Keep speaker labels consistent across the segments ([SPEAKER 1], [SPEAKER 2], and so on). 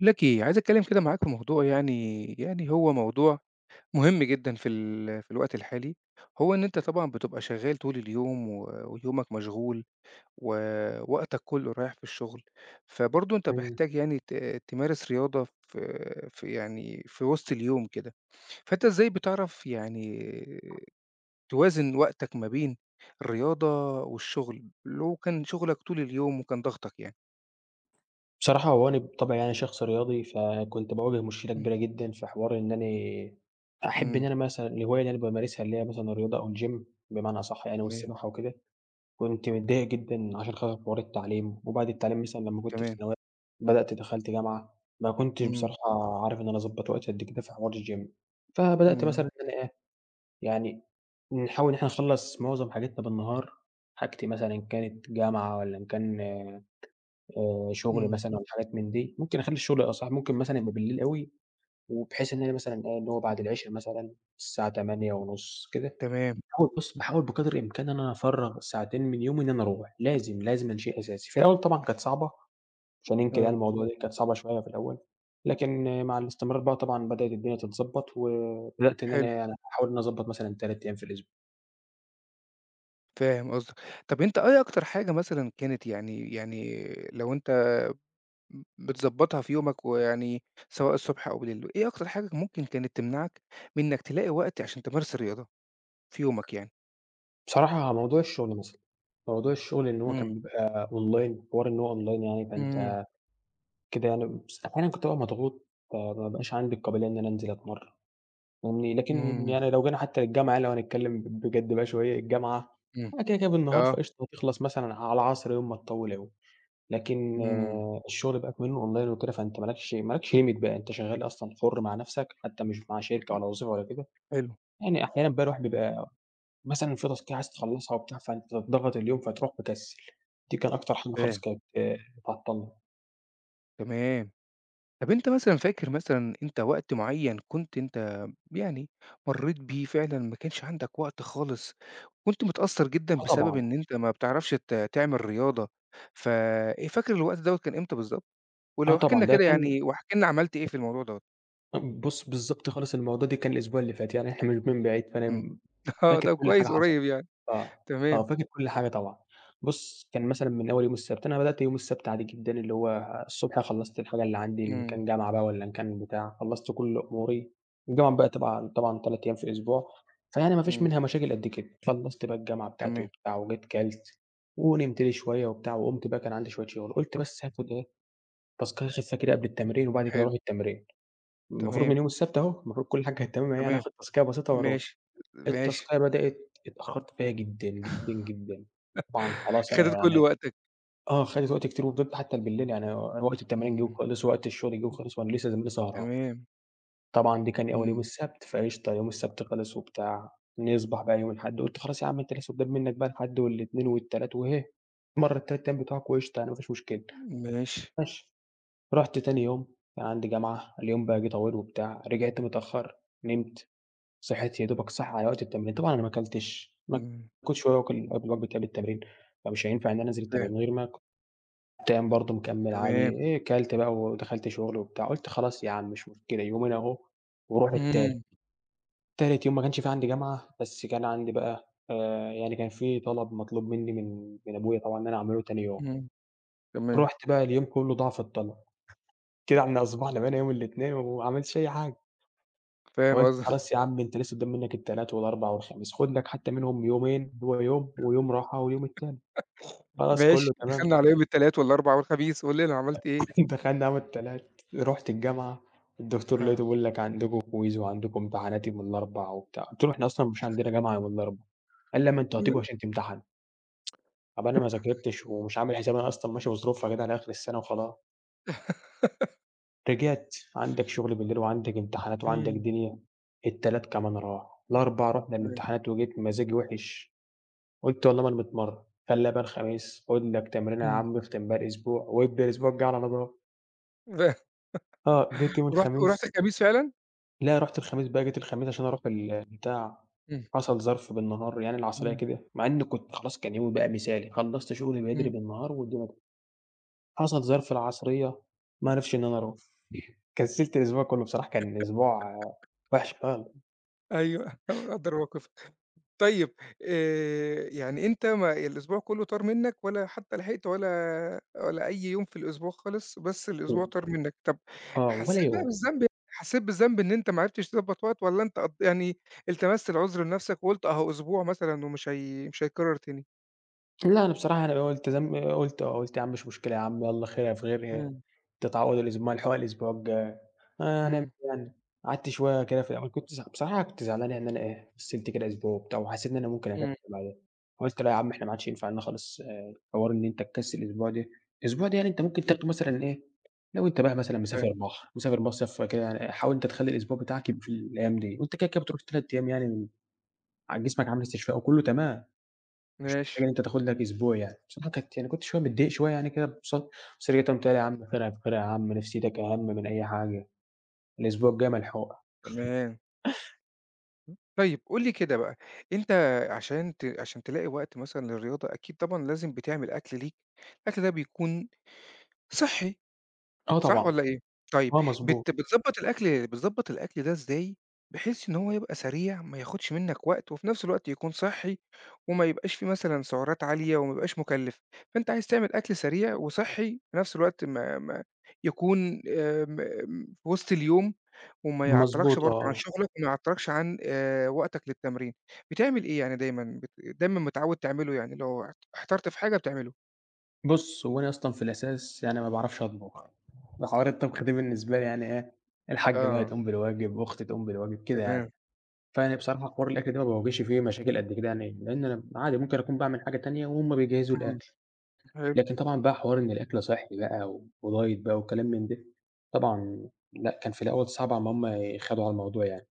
[SPEAKER 1] لك إيه، عايز أتكلم كده معاك في موضوع يعني هو موضوع مهم جدًا في الوقت الحالي، هو إن أنت طبعًا بتبقى شغال طول اليوم ويومك مشغول ووقتك كله رايح في الشغل، فبرضه أنت
[SPEAKER 2] إمم.
[SPEAKER 1] محتاج يعني تمارس رياضة في وسط اليوم كده، فأنت إزاي بتعرف يعني توازن وقتك ما بين الرياضة والشغل، لو كان شغلك طول اليوم وكان ضغطك يعني؟
[SPEAKER 2] بصراحة هو أنا بطبعي يعني شخص رياضي، فكنت باواجه مشكلة
[SPEAKER 1] إمم.
[SPEAKER 2] كبيرة جدًا في حوار إن أنا أحب إن
[SPEAKER 1] إمم،
[SPEAKER 2] أنا مثلًا الهواية اللي أنا بامارسها اللي هي مثلًا الرياضة أو الgym بمعنى أصح يعني
[SPEAKER 1] تمام،
[SPEAKER 2] والسباحة وكده، كنت متضايق جدًا عشان خاطر حوار التعليم، وبعد التعليم مثلًا لمّا كنت في
[SPEAKER 1] تمام،
[SPEAKER 2] ثانوية بدأت دخلت جامعة، ما كنتش
[SPEAKER 1] إمم،
[SPEAKER 2] بصراحة عارف إن أنا أضبّط وقتي قد كده في حوار الgym، فبدأت مثلًا
[SPEAKER 1] إمم،
[SPEAKER 2] إن أنا إيه، يعني نحاول إن إحنا نخلّص معظم حاجاتنا بالنهار، حاجتي مثلًا إن كانت جامعة والّا إن كان شغل
[SPEAKER 1] إمم.
[SPEAKER 2] مثلًا أو حاجات من دي، ممكن أخلّي الشغل أصح ممكن مثلًا يبقى بالليل أوي، وبحيث إن أنا مثلًا إيه، اللي هو بعد العشا مثلًا الساعة 20:30 كده،
[SPEAKER 1] تمام،
[SPEAKER 2] باحاول بقدر الإمكان إن أنا أفرّغ ساعتين من يومي إن أنا أروّح، لازم، لازم ده شيء أساسي. في الأول طبعًا كانت صعبة، مش هننكر يعني
[SPEAKER 1] آه،
[SPEAKER 2] الموضوع ده كانت صعبة شوية في الأول، لكن مع الاستمرار بقى طبعًا بدأت الدنيا تتضبّط، وبدأت إن أنا
[SPEAKER 1] حلو،
[SPEAKER 2] يعني أحاول إن أنا أضبّط مثلًا 3 أيام في الأسبوع.
[SPEAKER 1] فاهم قصدك. طب أنت إيه أكتر حاجة مثلًا كانت يعني لو أنت بتضبّطها في يومك ويعني سواء الصبح أو بالليل، إيه أكتر حاجة ممكن كانت تمنعك من إنك تلاقي وقت عشان تمارس الرياضة في يومك يعني؟
[SPEAKER 2] بصراحة موضوع الشغل مثلًا، موضوع الشغل إن هو
[SPEAKER 1] إمم،
[SPEAKER 2] كان بيبقى أونلاين، حوار إن هو أونلاين يعني فأنت
[SPEAKER 1] إمم،
[SPEAKER 2] كده يعني بس أحيانًا كنت بابقى مضغوط، فما بقاش عندي القابلية إن أنا أنزل أتمرّن، فاهمني؟ لكن
[SPEAKER 1] إمم،
[SPEAKER 2] يعني لو جينا حتى للجامعة لو هنتكلّم بجد بقى شوية، الجامعة
[SPEAKER 1] إمم،
[SPEAKER 2] أنا كده، كده بالنهار
[SPEAKER 1] آه،
[SPEAKER 2] فقشطة هتخلص مثلًا على العصر يوم ما تطوّل أوي، لكن
[SPEAKER 1] إمم،
[SPEAKER 2] آه، الشغل بقى كمنّه أونلاين وكده، فأنت ما لكش Limit بقى، أنت شغّال أصلًا حُر مع نَفْسك، حتى مش مع شركة ولا وظيفة ولا كده،
[SPEAKER 1] حلو،
[SPEAKER 2] يعني أحيانًا بقى الواحد بيبقى مثلًا في تاسكاية عايز تخلّصها وبتاع، فأنت بتضغط اليوم فتروح مكسِّل، دي كان أكتر حاجة خالص
[SPEAKER 1] فاهم،
[SPEAKER 2] كانت آه، بتعطّلني.
[SPEAKER 1] تمام. طب أنت مثلًا فاكر مثلًا أنت وقت معيّن كنت أنت يعني مرّيت بيه فعلًا ما كانش عندك وقت خالص، كنت متأثّر جدًا
[SPEAKER 2] آه
[SPEAKER 1] بسبب
[SPEAKER 2] طبعًا،
[SPEAKER 1] إن أنت ما بتعرفش تعمل رياضة، ف فاكر الوقت دوّة كان إمتى بالضبط؟
[SPEAKER 2] آه
[SPEAKER 1] ولو احكِ لنا
[SPEAKER 2] طبعًا، ده
[SPEAKER 1] كده
[SPEAKER 2] كان
[SPEAKER 1] يعني واحكِ لنا عملت إيه في الموضوع دوّة؟
[SPEAKER 2] بُص، بالضبط خالص الموضوع ده كان الأسبوع اللي فات، يعني إحنا مش من بعيد، فأنا
[SPEAKER 1] إمم. آه،
[SPEAKER 2] فاكر
[SPEAKER 1] طب
[SPEAKER 2] كل حاجة
[SPEAKER 1] كويس
[SPEAKER 2] حصلت.
[SPEAKER 1] قريب يعني،
[SPEAKER 2] آه، آه،
[SPEAKER 1] تمام،
[SPEAKER 2] فاكر كل حاجة طبعًا. بُص، كان مثلًا من أول يوم السبت، أنا بدأت يوم السبت عادي جدًا، اللي هو الصبح خلّصت الحاجة اللي عندي إن
[SPEAKER 1] إمم،
[SPEAKER 2] كان جامعة بقى والّا إن كان بتاع، خلّصت كل أموري. الجامعة بقى طبعًا 3 أيام في الأسبوع، فيعني ما فيش
[SPEAKER 1] إمم،
[SPEAKER 2] منها مشاكل قد كده. خلّصت بقى الجامعة بتاعتي
[SPEAKER 1] تمام،
[SPEAKER 2] وبتاع، وجيت كلت ونمت لي شوية وبتاع، وقُمت بقى كان عندي شوية شغل، قُلت بس هاخد إيه، تاسكاية خفيفة كده قبل التمرين وبعد كده
[SPEAKER 1] حلو،
[SPEAKER 2] أروح التمرين. المفروض من
[SPEAKER 1] تمام،
[SPEAKER 2] يوم السبت أهو، المفروض كل حاجة كانت تمام أهي، أنا
[SPEAKER 1] تمام،
[SPEAKER 2] هاخد تاسكاية بسيطة وأروّح،
[SPEAKER 1] ماشي، ماشي،
[SPEAKER 2] التاسكاية بدأت اتأخرت فيها جدًا، جدًا، جدًا، طبعًا خلاص أنا
[SPEAKER 1] خدت كل
[SPEAKER 2] يعني
[SPEAKER 1] وقتك،
[SPEAKER 2] آه، خدت وقت كتير وفضلت حتى بالليل يعني وقت التمارين جه
[SPEAKER 1] إمم،
[SPEAKER 2] وخلص، وقت الشغل جه وخلص، وأنا لسه زميلي سهران،
[SPEAKER 1] تمام،
[SPEAKER 2] طبعًا دي كان أول يوم
[SPEAKER 1] إمم،
[SPEAKER 2] السبت، فقشطة يوم السبت خلص وبتاع، نصبح بقى يوم الأحد، قُلت خلاص يا عم أنت لسه قدّام منك بقى الأحد والاتنين
[SPEAKER 1] إمم،
[SPEAKER 2] والتلات وهي مرّة التلات أيام بتوعك وقشطة يعني ما فيش مشكلة،
[SPEAKER 1] ماشي،
[SPEAKER 2] ماشي، رُحت تاني يوم كان عندي جامعة، اليوم بقى جه طويل وبتاع، رجعت متأخر، نمت. صحيت يا دوبك صاحي على وقت التمرين، طبعًا أنا ما اكلتش، ما
[SPEAKER 1] إمم،
[SPEAKER 2] كنتش واكل قبل وجبة قبل التمرين، فمش هينفع إن أنا أنزل التمرين
[SPEAKER 1] فاهم.
[SPEAKER 2] من غير ما كنت قايم برضه مكمّل عادي،
[SPEAKER 1] تمام،
[SPEAKER 2] إيه كلت بقى ودخلت شغل وبتاع، قُلت خلاص يا عم مش مشكلة يومين أهو وروح التالت،
[SPEAKER 1] إمم،
[SPEAKER 2] تالت يوم ما كانش في عندي جامعة، بس كان عندي بقى يعني كان في طلب مطلوب منّي من أبويا طبعًا إن أنا أعمله تاني يوم،
[SPEAKER 1] إمم، تمام،
[SPEAKER 2] رُحت بقى اليوم كلّه ضاع في الطلب، كده إحنا أصبحنا بقينا يوم الإتنين وما عملتش أي حاجة.
[SPEAKER 1] فاهم
[SPEAKER 2] وقلت
[SPEAKER 1] قصدك،
[SPEAKER 2] خلاص يا عم أنت لسه قدّام منّك التلات والأربع والخميس، خُد لك حتى منهم يومين، هو يوم ويوم راحة واليوم التاني، خلاص
[SPEAKER 1] ماشي،
[SPEAKER 2] كُلّه تمام،
[SPEAKER 1] دخلنا على يوم التلات والأربع والخميس، قُل لي أنا عملت إيه؟
[SPEAKER 2] دخلنا يوم التلات، رُحت الجامعة، الدكتور لقيته
[SPEAKER 1] آه،
[SPEAKER 2] بيقول لك عندكم كويز وعندكم امتحانات يوم الأربع وبتاع، قُلت له: "إحنا أصلًا مش عندنا جامعة يوم الأربع." قال لي: "لأ ما أنتم هتيجوا
[SPEAKER 1] إمم،
[SPEAKER 2] عشان تمتحنوا." طَب أنا ما ذاكرتش ومش عامل حسابي أنا أصلًا ماشي بظروفها كده على آخر السنة وخلاص، رجعت عندك شغل بالليل وعندك امتحانات وعندك
[SPEAKER 1] إمم،
[SPEAKER 2] دنيا، التلات كمان راح، الأربع رُحنا
[SPEAKER 1] تمام،
[SPEAKER 2] الامتحانات وجيت مزاجي وِحِش. قُلت والله ما أنا متمرّن، خلّيها بقى الخميس، خُد لك تمرينة يا
[SPEAKER 1] إمم،
[SPEAKER 2] عم اختم بيها الأسبوع، وابدأ الأسبوع الجاي على نضافة. آه، جيت يوم
[SPEAKER 1] ورُحت
[SPEAKER 2] الخميس
[SPEAKER 1] ورُحت الخميس فعلًا؟
[SPEAKER 2] لأ، رُحت الخميس بقى جيت الخميس عشان أروح البتاع،
[SPEAKER 1] إمم،
[SPEAKER 2] حصل ظرف بالنهار يعني العصرية
[SPEAKER 1] إمم،
[SPEAKER 2] كده، مع إني كنت خلاص كان يومي بقى مثالي، خلّصت شغلي بدري
[SPEAKER 1] إمم،
[SPEAKER 2] بالنهار والدنيا حصل ظرف العصرية، ما عرفش إن أنا أروح. كسّلت الأسبوع كُلّه بصراحة، كان أسبوع آه، وِحِش خالص،
[SPEAKER 1] أيوه، أنا مقدّر موقفك. طيب يعني أنت ما الأسبوع كُلّه طار منّك ولا حتى لحقت ولا أي يوم في الأسبوع خالص، بس الأسبوع
[SPEAKER 2] و
[SPEAKER 1] طار منّك، طَب
[SPEAKER 2] آه، ولا
[SPEAKER 1] حسّيت بقى
[SPEAKER 2] يوم.
[SPEAKER 1] بالذنب حسّيت بالذنب إن أنت ما عرفتش تضبّط وقت والّا أنت قض يعني التمست العذر لنَفْسك وقُلت أهو أسبوع مثلًا ومش هي مش هيتكرّر تاني؟
[SPEAKER 2] لأ، أنا بصراحة أنا قُلت قُلت آه، قُلت يا عم مش مشكلة يا عم يالّا خيرها في غيرها،
[SPEAKER 1] إمم،
[SPEAKER 2] تتعوّض ملحوقة الأسبوع الجاي، آه، هنعمل
[SPEAKER 1] إمم،
[SPEAKER 2] إيه يعني، قعدت شوية كده في الأول كنت بصراحة كنت زعلان إن أنا إيه، كسلت كده أسبوع وبتاع وحسيت إن أنا ممكن أكسل
[SPEAKER 1] إمم،
[SPEAKER 2] بعدها، قُلت لأ يا عم إحنا ما عادش ينفع لنا خالص آه، حوار إن أنت تكسل أسبوع ده، الأسبوع ده يعني أنت ممكن تاخده مثلًا إيه، لو أنت بقى مثلًا
[SPEAKER 1] فاهم،
[SPEAKER 2] مسافر بحر، مسافر مصيف كده يعني حاول أنت تخلّي الأسبوع بتاعك يبقى في الأيام دي، وأنت كده، كده بتروح 3 أيام يعني ع جسمك عامل استشفاء وكلّه تمام. مش محتاج
[SPEAKER 1] ماشي،
[SPEAKER 2] إن أنت تاخد لك أسبوع يعني، بصراحة كانت يعني كنت شوية متضايق شوية يعني كده بص بس رجعت قُمت قايل: "يا عم خيرها في خيرها يا عم، نفسيتك أهم من أي حاجة، الأسبوع الجاي ملحوقة."
[SPEAKER 1] تمام. طيب قُل لي كده بقى، أنت عشان تلاقي وقت مثلًا للرياضة أكيد طبعًا لازم بتعمل أكل ليك، الأكل ده بيكون صحّي.
[SPEAKER 2] آه
[SPEAKER 1] صح
[SPEAKER 2] طبعًا،
[SPEAKER 1] والّا إيه؟ طيب
[SPEAKER 2] آه مضبوط،
[SPEAKER 1] بت بتضبّط الأكل بتضبّط الأكل ده إزاي، بحيث إن هو يبقى سريع ما ياخدش منّك وقت، وفي نفس الوقت يكون صحّي، وما يبقاش فيه مثلًا سعرات عالية، وما يبقاش مُكلِّف، فأنت عايز تعمل أكل سريع وصحّي، في نفس الوقت ما يكون في وسط اليوم، وما يعطّلكش
[SPEAKER 2] مضبوط آه،
[SPEAKER 1] برضه عن
[SPEAKER 2] آه.
[SPEAKER 1] شغلك، وما يعطّلكش عن وقتك للتمرين، بتعمل إيه يعني دايمًا متعوّد تعمله يعني لو احترت في حاجة بتعمله؟
[SPEAKER 2] بُص، هو أنا أصلًا في الأساس يعني ما باعرفش أطبخ، فحوار الطبخ ده بالنسبة لي يعني إيه، الحاجة بقى
[SPEAKER 1] آه،
[SPEAKER 2] تقوم بالواجب، أختي تقوم بالواجب، كده يعني.
[SPEAKER 1] تمام،
[SPEAKER 2] فيعني بصراحة حوار الأكل ده ما باواجهش فيه مشاكل قد كده يعني، لإن أنا عادي ممكن أكون باعمل حاجة تانية وهُم بيجهزوا
[SPEAKER 1] إمم،
[SPEAKER 2] الأكل.
[SPEAKER 1] حلو.
[SPEAKER 2] لكن طبعًا بقى حوار إن الأكل صحّي بقى وdiet بقى وكلام من ده، طبعًا لأ، كان في الأول صعب أمّا هُم يخاضوا على الموضوع يعني،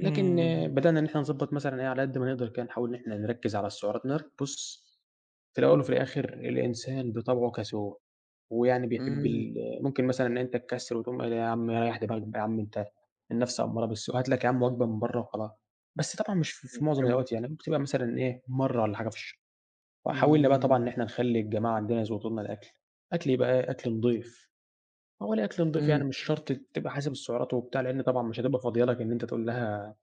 [SPEAKER 2] لكن آه،
[SPEAKER 1] إمم.
[SPEAKER 2] بدأنا إن إحنا نضبّط مثلًا إيه، على قد ما نقدر كده نحاول إن إحنا نركّز على السعرات بُص، في الأول وفي الآخر الإنسان بطبعه كسول، ويعني بيحب
[SPEAKER 1] إمم،
[SPEAKER 2] ال ممكن مثلًا إن أنت تكسّل وتقوم قايل يا عم ريّح دماغك بقى يا عم أنت النَفْس أمّارة بالسوء، هات لك يا عم وجبة من برّه وخلاص، بس طبعًا مش في في معظم
[SPEAKER 1] الجمل.
[SPEAKER 2] الأوقات يعني، بتبقى مثلًا إيه، مرّة والّا حاجة في الشهر. وحاولنا بقى طبعًا إن
[SPEAKER 1] إمم،
[SPEAKER 2] إحنا نخلّي الجماعة عندنا يضبطوا لنا الأكل، أكل يبقى إيه؟ أكل نضيف، هو ليه أكل نضيف
[SPEAKER 1] إمم،
[SPEAKER 2] يعني مش شرط تبقى حاسب السعرات وبتاع، لإن طبعًا مش هتبقى فاضية لك إن أنت تقول لها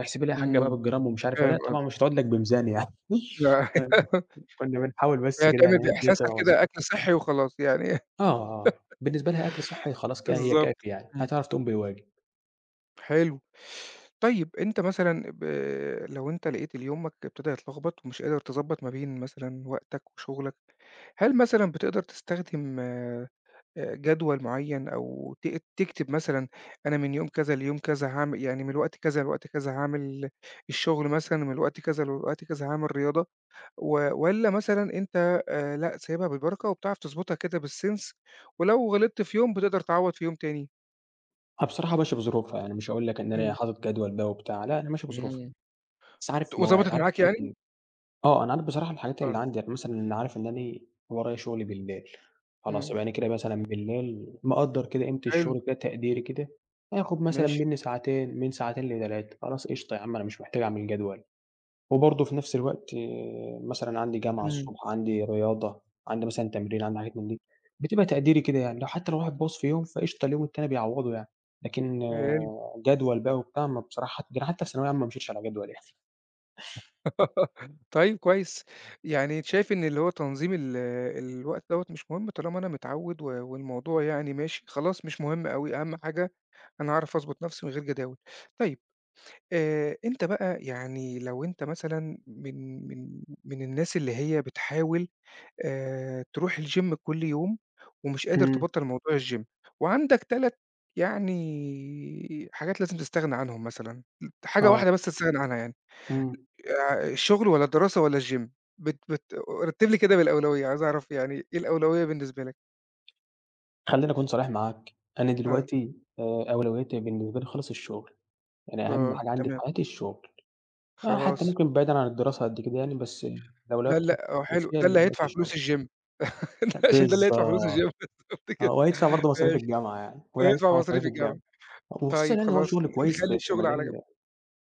[SPEAKER 2] احسبي لي يا حاجة بقى
[SPEAKER 1] إمم،
[SPEAKER 2] بالجرام ومش عارف إيه،
[SPEAKER 1] فاهم
[SPEAKER 2] لأ طبعًا
[SPEAKER 1] قصدك،
[SPEAKER 2] مش هتقعد لك بميزان يعني
[SPEAKER 1] لأ
[SPEAKER 2] كنا بنحاول بس
[SPEAKER 1] هي
[SPEAKER 2] كده يعني
[SPEAKER 1] هتعمل
[SPEAKER 2] هي الدنيا
[SPEAKER 1] بإحساسها
[SPEAKER 2] تبقى مضبوطة.
[SPEAKER 1] كده أكل صحّي وخلاص يعني
[SPEAKER 2] آه، آه، بالنسبة لها أكل صحّي خلاص كده هي كافي
[SPEAKER 1] بالضبط،
[SPEAKER 2] يعني،
[SPEAKER 1] إمم،
[SPEAKER 2] هتعرف تقوم بالواجب.
[SPEAKER 1] حلو. طيب أنت مثلًا لو أنت لقيت إن يومك ابتدى يتلخبط ومش قادر تضبّط ما بين مثلًا وقتك وشغلك، هل مثلًا بتقدر تستخدم جدول معيّن أو تكتب مثلًا أنا من يوم كذا ليوم كذا هاعمل يعني من الوقت كذا لوقت كذا هاعمل الشغل مثلًا، من الوقت كذا للوقت كذا هاعمل رياضة؟ والّا مثلًا أنت لأ، سايبها بالبركة وبتعرف تضبطها كده بالسِنْس، ولو غلطت في يوم بتقدر تعوّض في يوم تاني؟
[SPEAKER 2] أنا بصراحة ماشي بظروفها يعني مش هاقول لك إن أنا
[SPEAKER 1] إمم.
[SPEAKER 2] حاطط جدول بقى وبتاع، لأ أنا ماشي بظروفها،
[SPEAKER 1] إمم.
[SPEAKER 2] بس عارف
[SPEAKER 1] وضبطت
[SPEAKER 2] عارف
[SPEAKER 1] معاك يعني؟
[SPEAKER 2] آه، أنا عارف بصراحة الحاجات
[SPEAKER 1] آه.
[SPEAKER 2] اللي عندي، يعني مثلًا أنا عارف إن أنا إيه، ورايا شغل بالليل، خلاص
[SPEAKER 1] إمم.
[SPEAKER 2] يبقى أنا كده مثلًا بالليل مقدّر كده قيمة
[SPEAKER 1] حلو،
[SPEAKER 2] الشغل كده تقديري كده، هياخد مثلًا
[SPEAKER 1] ماشي.
[SPEAKER 2] منّي ساعتين، من ساعتين ل3، خلاص قشطة يا عم أنا مش محتاج أعمل جدول، وبرضه في نفس الوقت آه، مثلًا عندي جامعة
[SPEAKER 1] إمم.
[SPEAKER 2] الصبح، عندي رياضة، عندي مثلًا تمرين، عندي حاجات من دي، بتبقى تقديري كده يعني، لو حتى لو الواحد باظ في يوم فقشطة اليوم التاني بيعوّضه يعني، لكن
[SPEAKER 1] حلو.
[SPEAKER 2] آه، جدول بقى وبتاع ما بصراحة ده أنا حتى في ثانوية عامة ما مشيتش على جدول يعني.
[SPEAKER 1] طيب كويس. يعني أنت شايف إن اللي هو تنظيم الوقت دوّة مش مهم طالما أنا متعوِّد والموضوع يعني ماشي، خلاص مش مهم أوي، أهم حاجة أنا هاعرف أضبط نَفْسي من غير جداول. طيب أنت بقى يعني لو أنت مثلًا من الناس اللي هي بتحاول تروح الgym كل يوم ومش قادر
[SPEAKER 2] إمم،
[SPEAKER 1] تبطّل موضوع الgym وعندك 3 يعني حاجات لازم تستغنى عنهم مثلًا، حاجة
[SPEAKER 2] آه،
[SPEAKER 1] واحدة بس تستغنى عنها يعني،
[SPEAKER 2] إمم.
[SPEAKER 1] الشغل والّا الدراسة والّا الgym؟ بت بت رتّب لي كده بالأولوية، عايز أعرف يعني إيه الأولوية بالنسبة لك؟
[SPEAKER 2] خلّيني أكون صريح معاك، أنا
[SPEAKER 1] آه،
[SPEAKER 2] دلوقتي أولوياتي بالنسبة لي خالص الشغل، يعني أهم
[SPEAKER 1] آه.
[SPEAKER 2] حاجة عندي في
[SPEAKER 1] تمام،
[SPEAKER 2] حياتي الشغل، حتى
[SPEAKER 1] خلاص.
[SPEAKER 2] ممكن بعيدًا عن الدراسة قد كده يعني، بس الأولوية
[SPEAKER 1] ده ال
[SPEAKER 2] بتاعتي
[SPEAKER 1] آه، حلو،
[SPEAKER 2] فيها
[SPEAKER 1] ده
[SPEAKER 2] اللي هي
[SPEAKER 1] اللي
[SPEAKER 2] دلوقتي
[SPEAKER 1] هيدفع فلوس
[SPEAKER 2] الشغل.
[SPEAKER 1] الgym. عشان ده اللي هيدفع فلوس
[SPEAKER 2] بالضبط،
[SPEAKER 1] الgym بالضبط
[SPEAKER 2] آه،
[SPEAKER 1] كده،
[SPEAKER 2] وهيدفع برضه مصاريف
[SPEAKER 1] ماشي،
[SPEAKER 2] الجامعة يعني،
[SPEAKER 1] ويدفع
[SPEAKER 2] وهيدفع
[SPEAKER 1] مصاريف
[SPEAKER 2] مصاريف الجامعة،
[SPEAKER 1] الجامعة.
[SPEAKER 2] وخصوصًا
[SPEAKER 1] طيب
[SPEAKER 2] يعني إن هو
[SPEAKER 1] خلاص
[SPEAKER 2] شغل كويس
[SPEAKER 1] نخلّي
[SPEAKER 2] في
[SPEAKER 1] الشغل على جنب.
[SPEAKER 2] مجال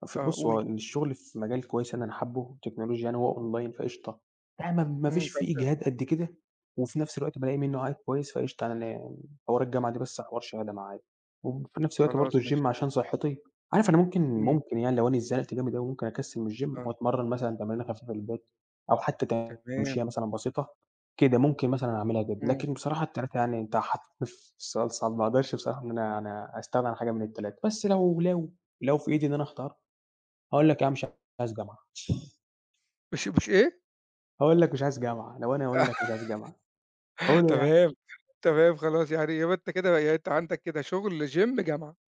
[SPEAKER 1] آه
[SPEAKER 2] بُص، هو
[SPEAKER 1] قُل.
[SPEAKER 2] الشغل في مجال كويس أنا حابه، تكنولوجيا يعني هو أونلاين فقشطة، يعني ما
[SPEAKER 1] إمم،
[SPEAKER 2] فيش
[SPEAKER 1] طب
[SPEAKER 2] فيه إجهاد قد كده، وفي نفس الوقت بالاقي منه عائد كويس فقشطة أنا حوار الجامعة دي بس حوار شهادة معايا، وفي نفس الوقت برضه
[SPEAKER 1] خلاص ماشي،
[SPEAKER 2] الgym عشان صحتي، عارف أنا ممكن
[SPEAKER 1] إمم،
[SPEAKER 2] ممكن يعني لو أنا اتزنقت جامد أوي ممكن أكسّل من الgym
[SPEAKER 1] آه،
[SPEAKER 2] وأتمرّن مثلًا تمرينة خفيفة في البيت، أو حتى
[SPEAKER 1] تمام،
[SPEAKER 2] تمشية مثلًا بسيطة، كده ممكن مثلًا أعملها كده،
[SPEAKER 1] إمم.
[SPEAKER 2] لكن بصراحة ال3 يعني أنت حطيتني في سؤال صعب، ما أقدرش بصراحة إن أنا أستغنى عن حاجة من ال3 بس لو لو في إيدي إن أنا أختار هاقول لك: "يا عم مش عايز جامعة."
[SPEAKER 1] مش إيه؟
[SPEAKER 2] هاقول لك: "مش عايز جامعة." لو أنا هاقول لك: "مش عايز جامعة." هاقول إيه يعني؟
[SPEAKER 1] تمام، تمام خلاص يعني يبقى أنت كده يعني أنت عندك كده شغل gym جامعة.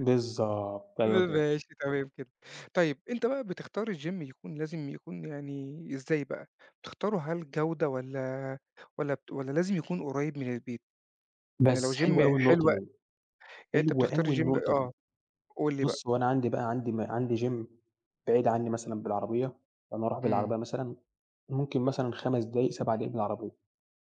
[SPEAKER 2] بالضبط، أيوه كده.
[SPEAKER 1] ماشي تمام كده. طيب أنت بقى بتختار الgym يكون لازم يكون يعني إزاي بقى؟ بتختاره هل جودة والّا والّا لازم يكون قريب من البيت؟ يعني لو
[SPEAKER 2] بس حلوة
[SPEAKER 1] gym
[SPEAKER 2] أوي النقطة
[SPEAKER 1] حلو يعني
[SPEAKER 2] دي،
[SPEAKER 1] أنت
[SPEAKER 2] حلوة
[SPEAKER 1] بتختار
[SPEAKER 2] أوي
[SPEAKER 1] الgym
[SPEAKER 2] النقطة
[SPEAKER 1] آه.
[SPEAKER 2] دي.
[SPEAKER 1] قُل لي بقى.
[SPEAKER 2] بُص، هو أنا عندي بقى عندي عندي gym بعيد عني مثلًا بالعربية، أنا أروح
[SPEAKER 1] إمم. إمم.
[SPEAKER 2] بالعربية مثلًا ممكن مثلًا 5 دقايق، 7 دقايق بالعربية،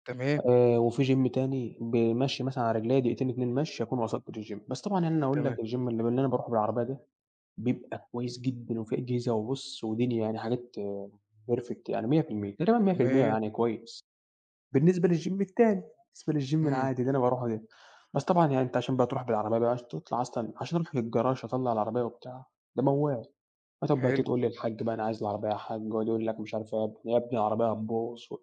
[SPEAKER 1] تمام،
[SPEAKER 2] وفي gym تاني بمَشي مثلًا على رجليّا دقيقتين، 2 مَشي أكون وصلت للgym. بس طبعًا يعني أنا أقول لك
[SPEAKER 1] تمام،
[SPEAKER 2] الgym اللي اللي أنا باروحه بالعربية ده بيبقى كويس جدًا وفيه أجهزة وبُص ودنيا يعني حاجات perfect يعني 100% تقريبًا 100%
[SPEAKER 1] تمام.
[SPEAKER 2] يعني كويس، بالنسبة للGym التاني، بالنسبة للGym
[SPEAKER 1] إمم،
[SPEAKER 2] العادي اللي أنا باروحه ده، بس طبعًا يعني أنت عشان بقى تروح بالعربية بقى عشان تطلع أصلًا عشان أروح للجراج أطلع العربية وبتاع، ده موال، هتقعد بقى
[SPEAKER 1] حلو.
[SPEAKER 2] تقول للحاج بقى أنا عايز العربية يا حاج، ويقعد يقول لك مش عارف إيه، يا ابني يا ابني العربية هتبوظ و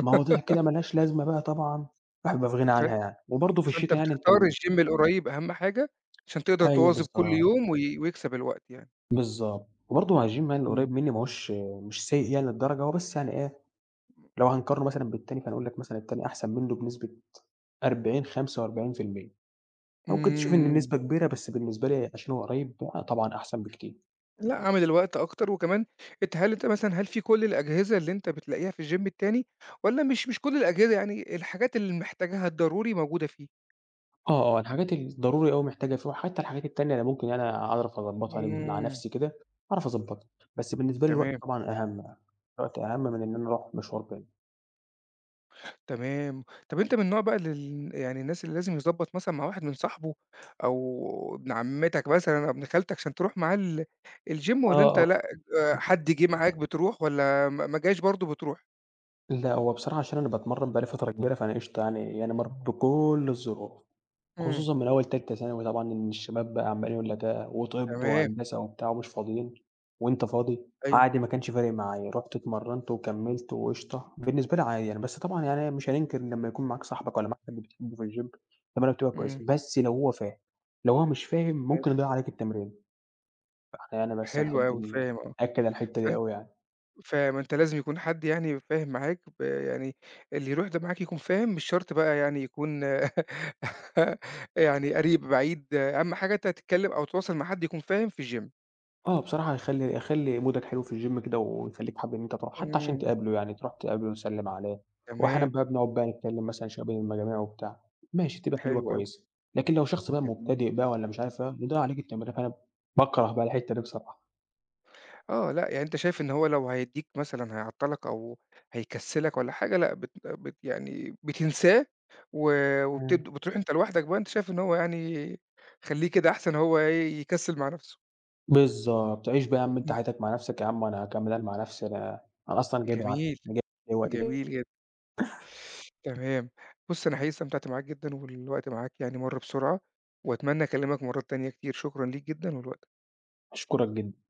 [SPEAKER 2] مواضيع كده ما لهاش لازمة بقى طبعًا الواحد بيبقى في غنى عنها
[SPEAKER 1] فأنت
[SPEAKER 2] يعني، وبرضه في
[SPEAKER 1] فأنت
[SPEAKER 2] الشتا يعني أنت
[SPEAKER 1] بتختار
[SPEAKER 2] م
[SPEAKER 1] الgym القريب أهم حاجة، عشان تقدر
[SPEAKER 2] أيوه
[SPEAKER 1] تواظب كل
[SPEAKER 2] بالضبط.
[SPEAKER 1] يوم ويكسب الوقت يعني.
[SPEAKER 2] بالضبط. وبرضه مع الgym يعني اللي قريب
[SPEAKER 1] إمم.
[SPEAKER 2] منّي ما هوش مش سيء يعني للدرجة، هو بس يعني إيه، لو هنقارنه مثلًا بالتاني فهنقول لك مثلًا التاني أحسن منّه بنسبة 40، 45%. ممكن تشوف إن النسبة
[SPEAKER 1] إمم.
[SPEAKER 2] كبيرة، بس بالنسبة لي عشان هو قريب آه طبعًا أحسن بكتير.
[SPEAKER 1] لأ، أعمل الوقت أكتر وكمان أنت هل أنت مثلًا هل في كل الأجهزة اللي أنت بتلاقيها في الgym التاني والّا مش كل الأجهزة، يعني الحاجات اللي محتاجاها الضروري موجودة فيه؟
[SPEAKER 2] آه، آه، الحاجات الضروري أوي محتاجة فيه وحتّى الحاجات التانية أنا ممكن يعني أعرف أضبّطها يعني مع
[SPEAKER 1] إمم،
[SPEAKER 2] نَفْسي كده، أعرف أضبّطها. بس بالنسبة لي الوقت
[SPEAKER 1] تمام.
[SPEAKER 2] طبعًا أهَم يعني، الوقت أهَم من إن أنا أروح مشوار بعيد.
[SPEAKER 1] تمام. طب أنت من النوع بقى اللي يعني الناس اللي لازم يضبّط مثلًا مع واحد من صاحبه أو ابن عمتك مثلًا أو ابن خالتك عشان تروح معاه الgym والّا
[SPEAKER 2] آه،
[SPEAKER 1] أنت
[SPEAKER 2] آه.
[SPEAKER 1] لأ، حد جِه معاك بتروح والّا ما جاش برضه بتروح؟
[SPEAKER 2] لأ، هو بصراحة عشان أنا باتمرّن بقى لي فترة كبيرة، فأنا قشطة يعني يعني مرّيت بكل الظروف،
[SPEAKER 1] إمم.
[SPEAKER 2] خصوصًا من أول تالتة ثانوي طبعًا إن الشباب بقى عمّالين يقول لك وطِب
[SPEAKER 1] تمام،
[SPEAKER 2] وهندسة وبتاع ومش فاضيين، وأنت فاضي،
[SPEAKER 1] أيوه.
[SPEAKER 2] عادي ما كانش فارق معايا، رُحت اتمرّنت وكمّلت وقشطة، بالنسبة لي عادي يعني، بس طبعًا يعني مش هننكر إن لمّا يكون معاك صاحبك والّا معاك حد بتحبه في الgym التمرينة بتبقى
[SPEAKER 1] إمم.
[SPEAKER 2] كويسة، بس لو هو فاهم، لو هو مش فاهم ممكن
[SPEAKER 1] ماشي.
[SPEAKER 2] يضيّع عليك التمرينة، فإحنا يعني بس
[SPEAKER 1] حلو
[SPEAKER 2] نحب
[SPEAKER 1] أوي، فاهم آه.
[SPEAKER 2] نأكّد على الحتّة دي
[SPEAKER 1] فأنت
[SPEAKER 2] أوي يعني.
[SPEAKER 1] فأنت لازم يكون حد يعني فاهم معاك يعني اللي يروح ده معاك يكون فاهم، مش شرط بقى يعني يكون يعني قريب، بعيد، أهم حاجة أنت تتكلّم أو تتواصل مع حد يكون فاهم في الgym.
[SPEAKER 2] آه، بصراحة هيخلّي مودك حلو في الgym كده ويخلّيك حابب إن أنت تروح، حتى عشان
[SPEAKER 1] إمم.
[SPEAKER 2] تقابله يعني تروح تقابله وتسلّم عليه، وأحيانًا
[SPEAKER 1] تمام،
[SPEAKER 2] بقى بنقعد بقى نتكلّم مثلًا شوية بين المجاميع وبتاع، ماشي تبقى حلوة
[SPEAKER 1] حلو أوي،
[SPEAKER 2] كويسة، لكن لو شخص بقى
[SPEAKER 1] جميل.
[SPEAKER 2] مبتدئ بقى والّا مش عارف إيه، يضيّع عليك التمرين، فأنا باكره بقى الحتّة دي بصراحة.
[SPEAKER 1] آه، لأ يعني أنت شايف إن هو لو هيدّيك مثلًا هيعطّلك أو هيكسّلك والّا حاجة، لأ بت آه، بت يعني بتنساه و
[SPEAKER 2] إمم.
[SPEAKER 1] وبتبد بتروح أنت لوحدك بقى، أنت شايف إن هو يعني خلّيه كده أحسن هو إيه، يكسّل مع نَفْسه.
[SPEAKER 2] بالضبط، عيش بقى يا عم أنت
[SPEAKER 1] إمم،
[SPEAKER 2] حياتك مع نَفْسك يا عم وأنا هاكمّل أنا مع نَفْسي، أنا أصلًا جاي بالعافية،
[SPEAKER 1] جميل،
[SPEAKER 2] أنا جاي وقت جاي
[SPEAKER 1] جميل جدًا. تمام. بُص أنا حقيقي استمتعت معاك جدًا والوقت معاك يعني مَر بسرعة وأتمنى أكلّمك مرّات تانية كتير، شكرًا ليك جدًا ولوقتك.
[SPEAKER 2] أشكرك جدًا.